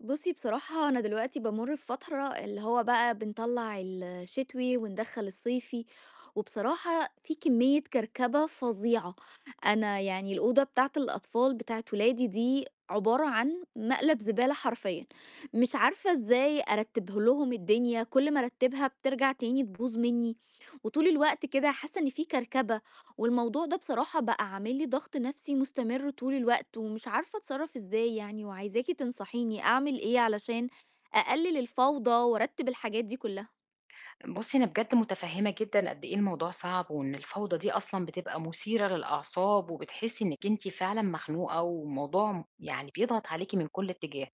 بُصّي، بصراحة أنا دلوقتي بامُر بفترة اللي هو بقى بنطلّع الشتوي وندخّل الصيفي، وبصراحة في كمية كركبة فظيعة. أنا يعني الأوضة بتاعة الأطفال بتاعة ولادي دي عبارة عن مقلب زبالة حرفيًا. مش عارفة إزاي أرتّبه لهم الدنيا، كل ما أرتّبها بترجع تاني تبوظ منّي، وطول الوقت كده حاسة إن في كركبة. والموضوع ده بصراحة بقى عامل لي ضغط نفسي مستمر طول الوقت، ومش عارفة اتصرف ازاي يعني، وعايزاكي تنصحيني اعمل ايه علشان اقلل الفوضى وارتب الحاجات دي كلها. بُصّي، أنا بجد مُتفهِّمة جدًا قد إيه الموضوع صعب، وإن الفوضى دي أصلًا بتبقى مثيرة للأعصاب، وبتحسّي إنِّك أنتِ فعلًا مخنوقة، وموضوع يعني بيضغط عليكِ من كل اتجاه،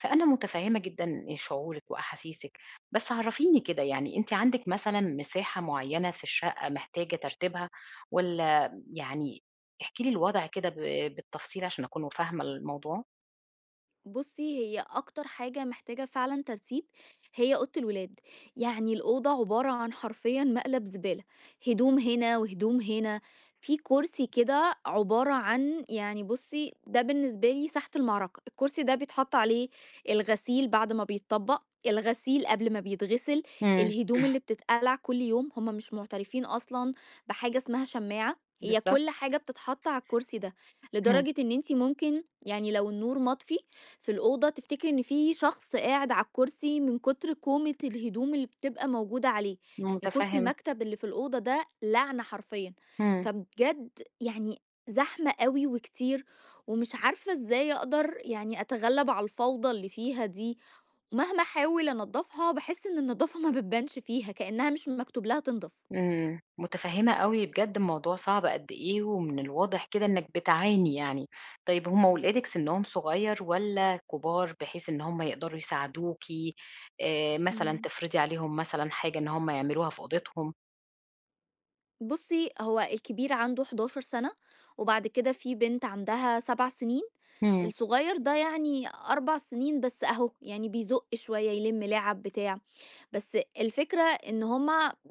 فأنا مُتفهِّمة جدًا شعورِك وأحاسيسِك، بس عرّفيني كده يعني أنتِ عندِك مثلًا مساحة معيّنة في الشقة محتاجة ترتيبها، والّا يعني احكي لي الوضع كده بالتفصيل عشان أكون فاهمة الموضوع؟ بُصّي، هي أكتر حاجة محتاجة فعلًا ترتيب هي أوضة الولاد. يعني الأوضة عبارة عن حرفيًا مقلب زبالة، هدوم هنا وهدوم هنا، في كرسي كده عبارة عن يعني بُصّي، ده بالنسبة لي ساحة المعركة. الكرسي ده بيتحط عليه الغسيل بعد ما بيتطبق، الغسيل قبل ما بيتغسل، إمم، الهدوم اللي بتتقلع كل يوم. هُم مش معترفين أصلًا بحاجة اسمها شماعة، هي كل بالضبط، حاجة بتتحط على الكرسي ده، إمم، لدرجة إن أنتِ ممكن يعني لو النور مطفي في الأوضة تفتكري إن في شخص قاعد على الكرسي من كتر كومة الهدوم اللي بتبقى موجودة عليه. يعني كرسي مُتفهِّمة، المكتب اللي في الأوضة ده لعنة حرفيا. إمم. فبجد يعني زحمة قوي وكتير، ومش عارفة ازاي اقدر يعني اتغلب على الفوضى اللي فيها دي، ومهما احاول انضفها بحس ان النظافة ما بتبانش فيها كأنها مش مكتوب لها تنضف. إمم، متفهمة أوي بجد الموضوع صعب قد إيه، ومن الواضح كده إنك بتعاني يعني. طيب هم ولادِك سنهم صغير والّا كبار، بحيث إن هم يقدروا يساعدوكِ، مثلًا مم. تفرضي عليهم مثلًا حاجة إن هم يعملوها في أوضتهم؟ بصي هو الكبير عنده 11 سنة، وبعد كده في بنت عندها 7 سنين. إمم، الصغير ده يعني 4 سنين بس أهو، يعني بيزُق شوية، يلِم لعَب بتاع. بس الفكرة إن هُم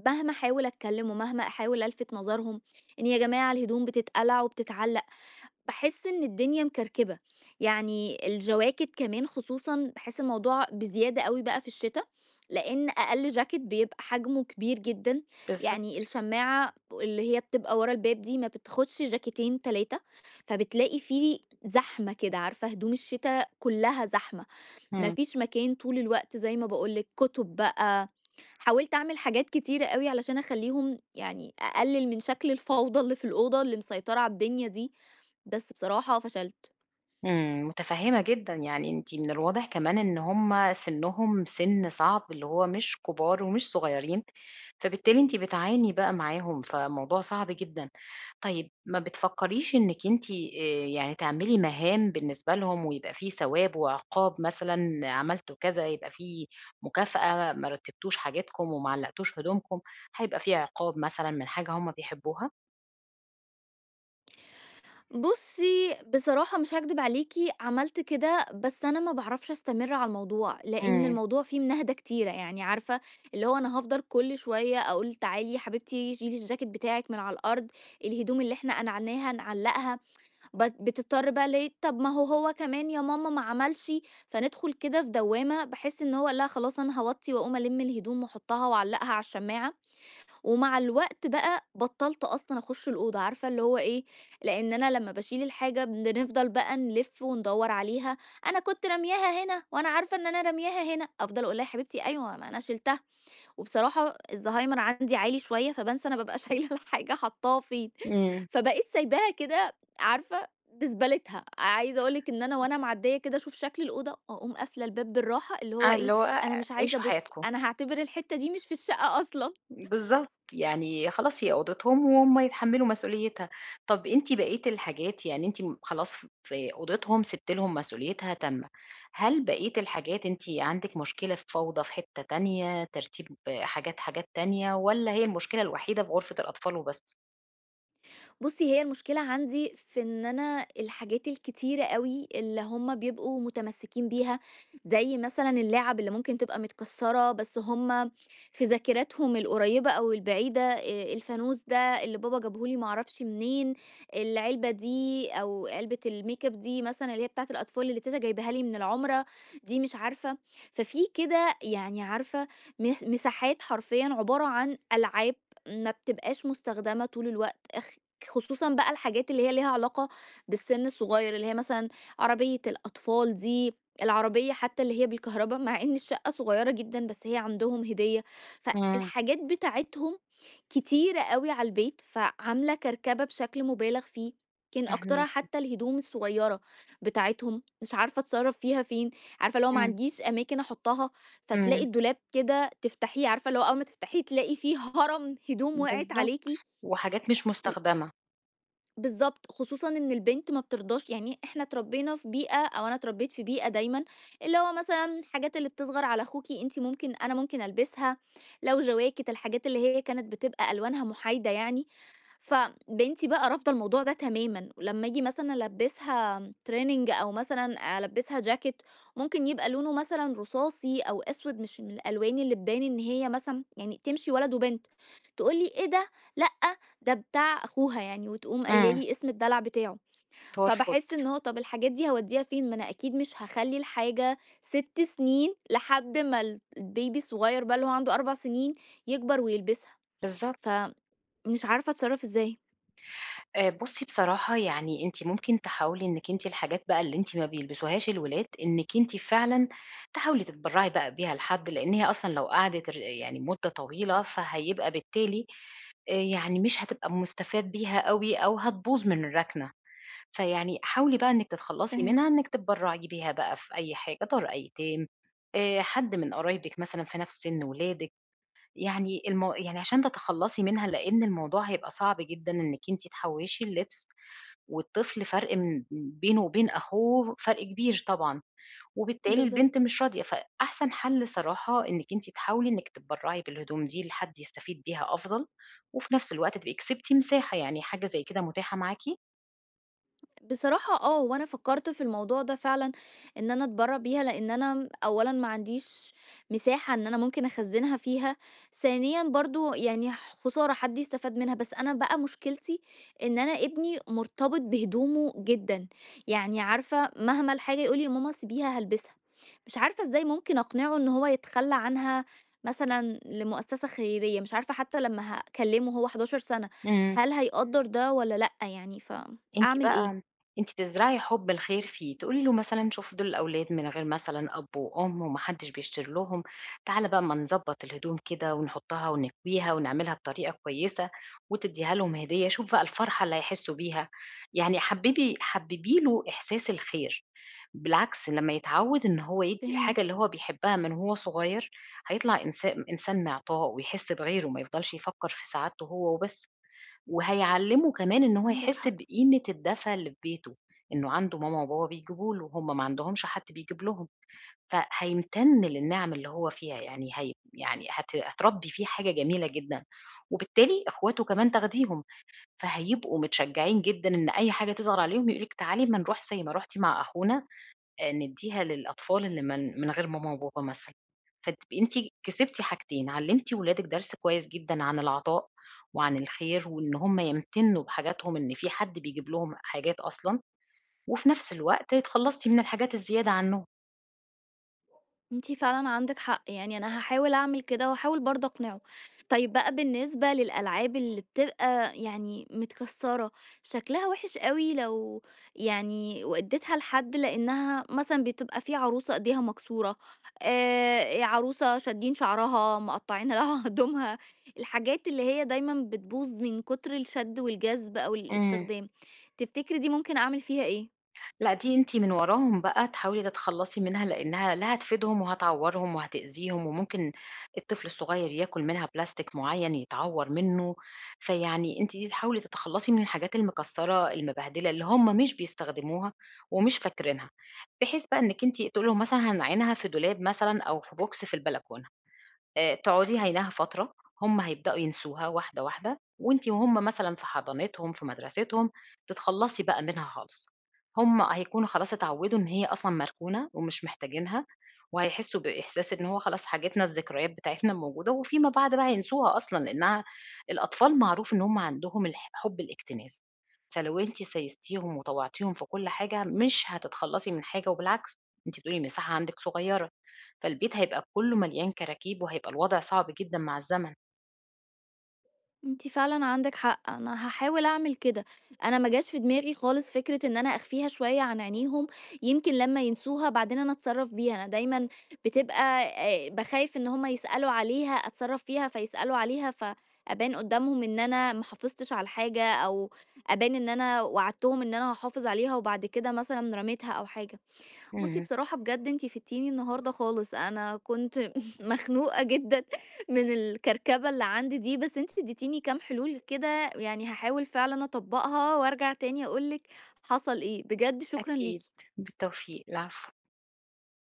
مهما أحاول أتكلّم ومهما أحاول ألفِت نظرهم إن يا جماعة الهدوم بتتقلع وبتتعلّق، باحس إن الدنيا مكركبة. يعني الجواكت كمان خصوصًا باحس الموضوع بزيادة أوي بقى في الشتا، لإن أقل جاكيت بيبقى حجمه كبير جدًا. يعني بالضبط، الشماعة اللي هي بتبقى ورا الباب دي ما بتاخدش جاكيتين 3، فبتلاقي في زحمة كده، عارفة هدوم الشتا كلها زحمة. ما إمم. فيش مكان طول الوقت زي ما باقول لِك، كُتب بقى. حاولت أعمل حاجات كتيرة أوي علشان أخلّيهم يعني أقلل من شكل الفوضى اللي في الأوضة اللي مسيطرة على الدنيا دي، بس بصراحة فشلت. إمم، متفهمة جدًا، يعني أنتِ من الواضح كمان إن هُم سنهم سن صعب، اللي هو مش كبار ومش صغيرين، فبالتالي أنتِ بتعاني بقى معاهم، فموضوع صعب جدًا. طيب ما بتفكريش إنِك أنتِ يعني تعملي مهام بالنسبة لهم ويبقى في ثواب وعقاب مثلًا عملتوا كذا يبقى في مكافأة، ما رتبتوش حاجاتكم وما علقتوش هدومكم، هيبقى في عقاب مثلًا من حاجة هُم بيحبوها؟ بُصّي، بصراحة مش هاكدب عليكِ، عملت كده، بس أنا ما باعرفش أستمر على الموضوع، لإن إمم، الموضوع فيه منهدة كتيرة. يعني عارفة اللي هو أنا هافضل كل شوية أقول تعالي يا حبيبتي شيلي الجاكيت بتاعِك من على الأرض، الهدوم اللي إحنا قنعناها نعلّقها. بت بتضطر بقى لإيه، طب ما هو كمان يا ماما ما عملش. فندخل كده في دوّامة، باحس إن هو لأ خلاص أنا هاوطّي وأقوم ألِم الهدوم وأحطها وأعلّقها على الشماعة. ومع الوقت بقى بطّلت أصلًا أخُش الأوضة، عارفة اللي هو إيه، لإن أنا لمّا باشيل الحاجة بنفضل بقى نلِف وندوّر عليها. أنا كنت رامياها هنا وأنا عارفة إن أنا رامياها هنا، أفضل أقول لها يا حبيبتي أيوه ما أنا شِلتها. وبصراحة الزهايمر عندي عالي شوية فبانسى أنا بابقى شايلة الحاجة حاطّاها فين. إمم، فبقيت سايباها كده عارفة بزبالتها. عايزة أقول لِك إن أنا وأنا معدّية كده أشوف شكل الأوضة وأقوم قافلة الباب بالراحة اللي هو آه، إيه. اللي هو أنا مش عايزة عيشوا أبُص، حياتكم. أنا هاعتبر الحتّة دي مش في الشقة أصلًا. بالضبط، يعني خلاص هي أوضتهم وهُم يتحمّلوا مسؤوليتها. طَب أنتِ بقية الحاجات يعني أنتِ م خلاص ف في أوضتهم سِبتِ لهم مسؤوليتها تامة، هل بقية الحاجات أنتِ عندِك مشكلة في فوضى في حتّة تانية، ترتيب حاجات تانية، والّا هي المشكلة الوحيدة في غرفة الأطفال وبس؟ بُصّي، هي المشكلة عندي في إن أنا الحاجات الكتيرة أوي اللي هُم بيبقوا متمسكين بيها، زي مثلًا اللعب اللي ممكن تبقى متكسّرة، بس هُم في ذاكرتهم القريّبة أو البعيدة الفانوس ده اللي بابا جابه لي ما أعرفش منين، العلبة دي أو علبة الmakeup دي مثلًا اللي هي بتاعة الأطفال اللي تيتة جايباها لي من العُمرة دي، مش عارفة. ففي كده يعني عارفة مساحات حرفيًا عبارة عن ألعاب ما بتبقاش مستخدمة طول الوقت. خصوصًا بقى الحاجات اللي هي ليها علاقة بالسن الصغير، اللي هي مثلًا عربية الأطفال دي، العربية حتى اللي هي بالكهربا مع إن الشقة صغيرة جدًا، بس هي عندهم هدية. إمم، فالحاجات بتاعتهم كتيرة أوي على البيت، فعاملة كركبة بشكل مبالغ فيه. يمكن أكترها فاهماكِ. حتى الهدوم الصغيرة بتاعتهم، مش عارفة أتصرّف فيها فين، عارفة اللي هو ما إمم، عنديش أماكن أحطها. فتلاقي إمم. الدولاب كده تفتحيه، عارفة اللي هو أول ما تفتحيه تلاقي فيه هرم هدوم وقعت بالضبط، عليكِ. وحاجات مش مستخدمة. بالضبط، خصوصًا إن البنت ما بترضاش. يعني إحنا اتربينا في بيئة، أو أنا اتربيت في بيئة دايمًا اللي هو مثلًا الحاجات اللي بتصغر على أخوكِ أنتِ ممكن أنا ممكن ألبسها، لو جواكت الحاجات اللي هي كانت بتبقى ألوانها محايدة يعني. فبنتي بقى رافضة الموضوع ده تمامًا، ولمّا آجي مثلًا ألبّسها training أو مثلًا ألبّسها جاكيت ممكن يبقى لونه مثلًا رصاصي أو أسود، مش من الألوان اللي تبان إن هي مثلًا يعني تمشي ولد وبنت، تقول لي: "إيه ده؟ لأ، ده بتاع أخوها يعني." وتقوم قايلة إمم. لي اسم الدلع بتاعه. ترفض، فباحس إن هو طَب الحاجات دي هاودّيها فين؟ ما أنا أكيد مش هاخلّي الحاجة 6 سنين لحد ما ال الbaby الصغير بقى اللي هو عنده 4 سنين يكبر ويلبسها. بالضبط. فمش عارفة أتصرّف إزاي. بُصّي بصراحة يعني أنتِ ممكن تحاولي إنِّك أنتِ الحاجات بقى اللي أنتِ ما بيلبسوهاش الولاد، إنِّك أنتِ فعلًا تحاولي تتبرّعي بقى بيها لحد، لإن هي أصلًا لو قعدت ر يعني مدة طويلة، فهيبقى بالتالي يعني مش هتبقى مُستفاد بيها أوي أو هتبوظ من الركنة، فيعني حاولي بقى إنِّك تتخلّصي منها فهمتِك. إنِّك تتبرّعي بيها بقى في أي حاجة، دار أيتام، حد من قرايبِك مثلًا في نَفْس سِن ولادِك، يعني المو يعني عشان تتخلّصي منها لإن الموضوع هيبقى صعب جدًا إنِّك أنتِ تحوّشي اللبس والطفل فرق من بينه وبين أخوه فرق كبير طبعًا، وبالتالي البنت بالضبط. مش راضية، فأحسن حل صراحة إنِّك أنتِ تحاولي إنِّك تتبرّعي بالهدوم دي لحد يستفيد بيها أفضل، وفي نفس الوقت تبقي كسبتِ مساحة، يعني حاجة زي كده متاحة معاكِ؟ بصراحة آه، وأنا فكرت في الموضوع ده فعلًا إن أنا أتبرّع بيها، لإن أنا أولًا ما عنديش مساحة إن أنا ممكن أخزّنها فيها، ثانيًا برضه يعني خسارة حد يستفاد منها. بس أنا بقى مشكلتي إن أنا ابني مرتبط بهدومه جدًا، يعني عارفة مهما الحاجة يقول لي: "يا ماما سيبيها هالبسها." مش عارفة إزاي ممكن أقنعه إن هو يتخلّى عنها مثلًا لمؤسسة خيرية. مش عارفة حتى لمّا هاكلّمه وهو 11 سَنة، إمم. هل هيقدّر ده والّا لأ يعني، أنتِ فأعمل إيه؟ بقى أنتِ تزرعي حُب الخير فيه، تقولي له مثلًا شوف دول الأولاد من غير مثلًا أب وأم وما حدّش بيشتري لهم، تعالَ بقى أمّا نضبّط الهدوم كده ونحطّها ونكويها ونعملها بطريقة كويسة، وتدّيها لهم هدية، شوف بقى الفرحة اللي هيحسّوا بيها، يعني حبّبي له إحساس الخير، بالعكس لمّا يتعوّد إن هو يدّي الحاجة فهمت. اللي هو بيحبها من وهو صغير، هيطلع إنسان مِعطاء ويحس بغيره، ما يفضلش يفكّر في سعادته هو وبس. وهيعلّمه كمان إن هو عندِك يحس حق. بقيمة الدفى اللي في بيته، إنه عنده ماما وبابا بيجيبوا له، هُم ما عندهمش حد بيجيب لهم، فهيمتن للنِّعم اللي هو فيها، يعني هي يعني هتربّي فيه حاجة جميلة جدًا، وبالتالي أخواته كمان تاخديهم، فهيبقوا متشجّعين جدًا إن أي حاجة تظهر عليهم يقولوا لِك تعالي أمّا نروح زي ما رُحتِ مع أخونا ندّيها للأطفال اللي من غير ماما وبابا مثلًا، فتبقي أنتِ كسبتِ حاجتين، علّمتِ ولادِك درس كويس جدًا عن العطاء وعن الخير، وإن هم يمتنّوا بحاجاتهم إن في حد بيجيب لهم حاجات أصلًا، وفي نفس الوقت اتخلّصتِ من الحاجات الزيادة عنّهم. أنتِ فعلًا عندِك حق، يعني أنا هاحاول أعمل كده وهاحاول برضه أقنعه. طيب بقى بالنسبة للألعاب اللي بتبقى يعني متكسّرة، شكلها وِحِش أوي لو يعني ودّيتها لحد، لإنها مثلًا بتبقى في عروسة إيديها مكسورة، عروسة شادّين شعرها، مقطّعين لها هدومها، الحاجات اللي هي دايمًا بتبوظ من كُتر الشَد والجذب أو إمم. الاستخدام. تفتكري دي ممكن أعمل فيها إيه؟ لأ، دي أنتِ من وراهم بقى تحاولي تتخلّصي منها، لإنها لا هتفيدهم وهتعوّرهم وهتأذيهم، وممكن الطفل الصغير ياكل منها بلاستيك معيّن يتعوّر منّه، فيعني أنتِ دي تحاولي تتخلّصي من الحاجات المكسّرة المبهدلة اللي هم مش بيستخدموها ومش فاكرينها، بحيث بقى إنِّك أنتِ تقولي لهم مثلًا هنعينها في دولاب مثلًا أو في بوكس في البلكونة. تقعدي عيناها فترة، هم هيبدأوا ينسوها واحدة، واحدة، وأنتِ وهم مثلًا في حضانتهم، في مدرستهم، تتخلّصي بقى منها خالص. هم هيكونوا خلاص اتعوّدوا إن هي أصلًا مركونة ومش محتاجينها، وهيحسّوا بإحساس إن هو خلاص حاجتنا، الذكريات بتاعتنا موجودة، وفيما بعد بقى هينسوها أصلًا، لإنها الأطفال معروف إن هم عندهم حُب الاكتناز، فلو أنتِ سايستيهم وطوّعتيهم في كل حاجة، مش هتتخلّصي من حاجة وبالعكس، أنتِ بتقولي المساحة عندِك صغيّرة. فالبيت هيبقى كُلّه مليان كراكيب وهيبقى الوضع صعب جدًا مع الزمن. أنتِ فعلًا عندِك حق، أنا هاحاول أعمل كده. أنا ما جاش في دماغي خالص فكرة إن أنا أخفيها شوية عن عينيهم، يمكن لمّا ينسوها بعدين أنا أتصرّف بيها. أنا دايمًا بتبقى باخايف إن هُم يسألوا عليها، أتصرّف فيها فيسألوا عليها، فأبان قدّامهم إن أنا ما حافظتش على الحاجة، أو أبان إن أنا وعدتهم إن أنا هاحافظ عليها وبعد كده مثلًا رميتها أو حاجة. بُصّي إمم. بصراحة بجد أنتِ فدتيني النهارده خالص، أنا كنت مخنوقة جدًا من الكركبة اللي عندي دي، بس أنتِ اديتيني كام حلول كده، يعني هاحاول فعلًا أطبّقها وارجع تاني أقول لِك حصل إيه. بجد شكرًا أكيد، ليكِ. بالتوفيق، العفو.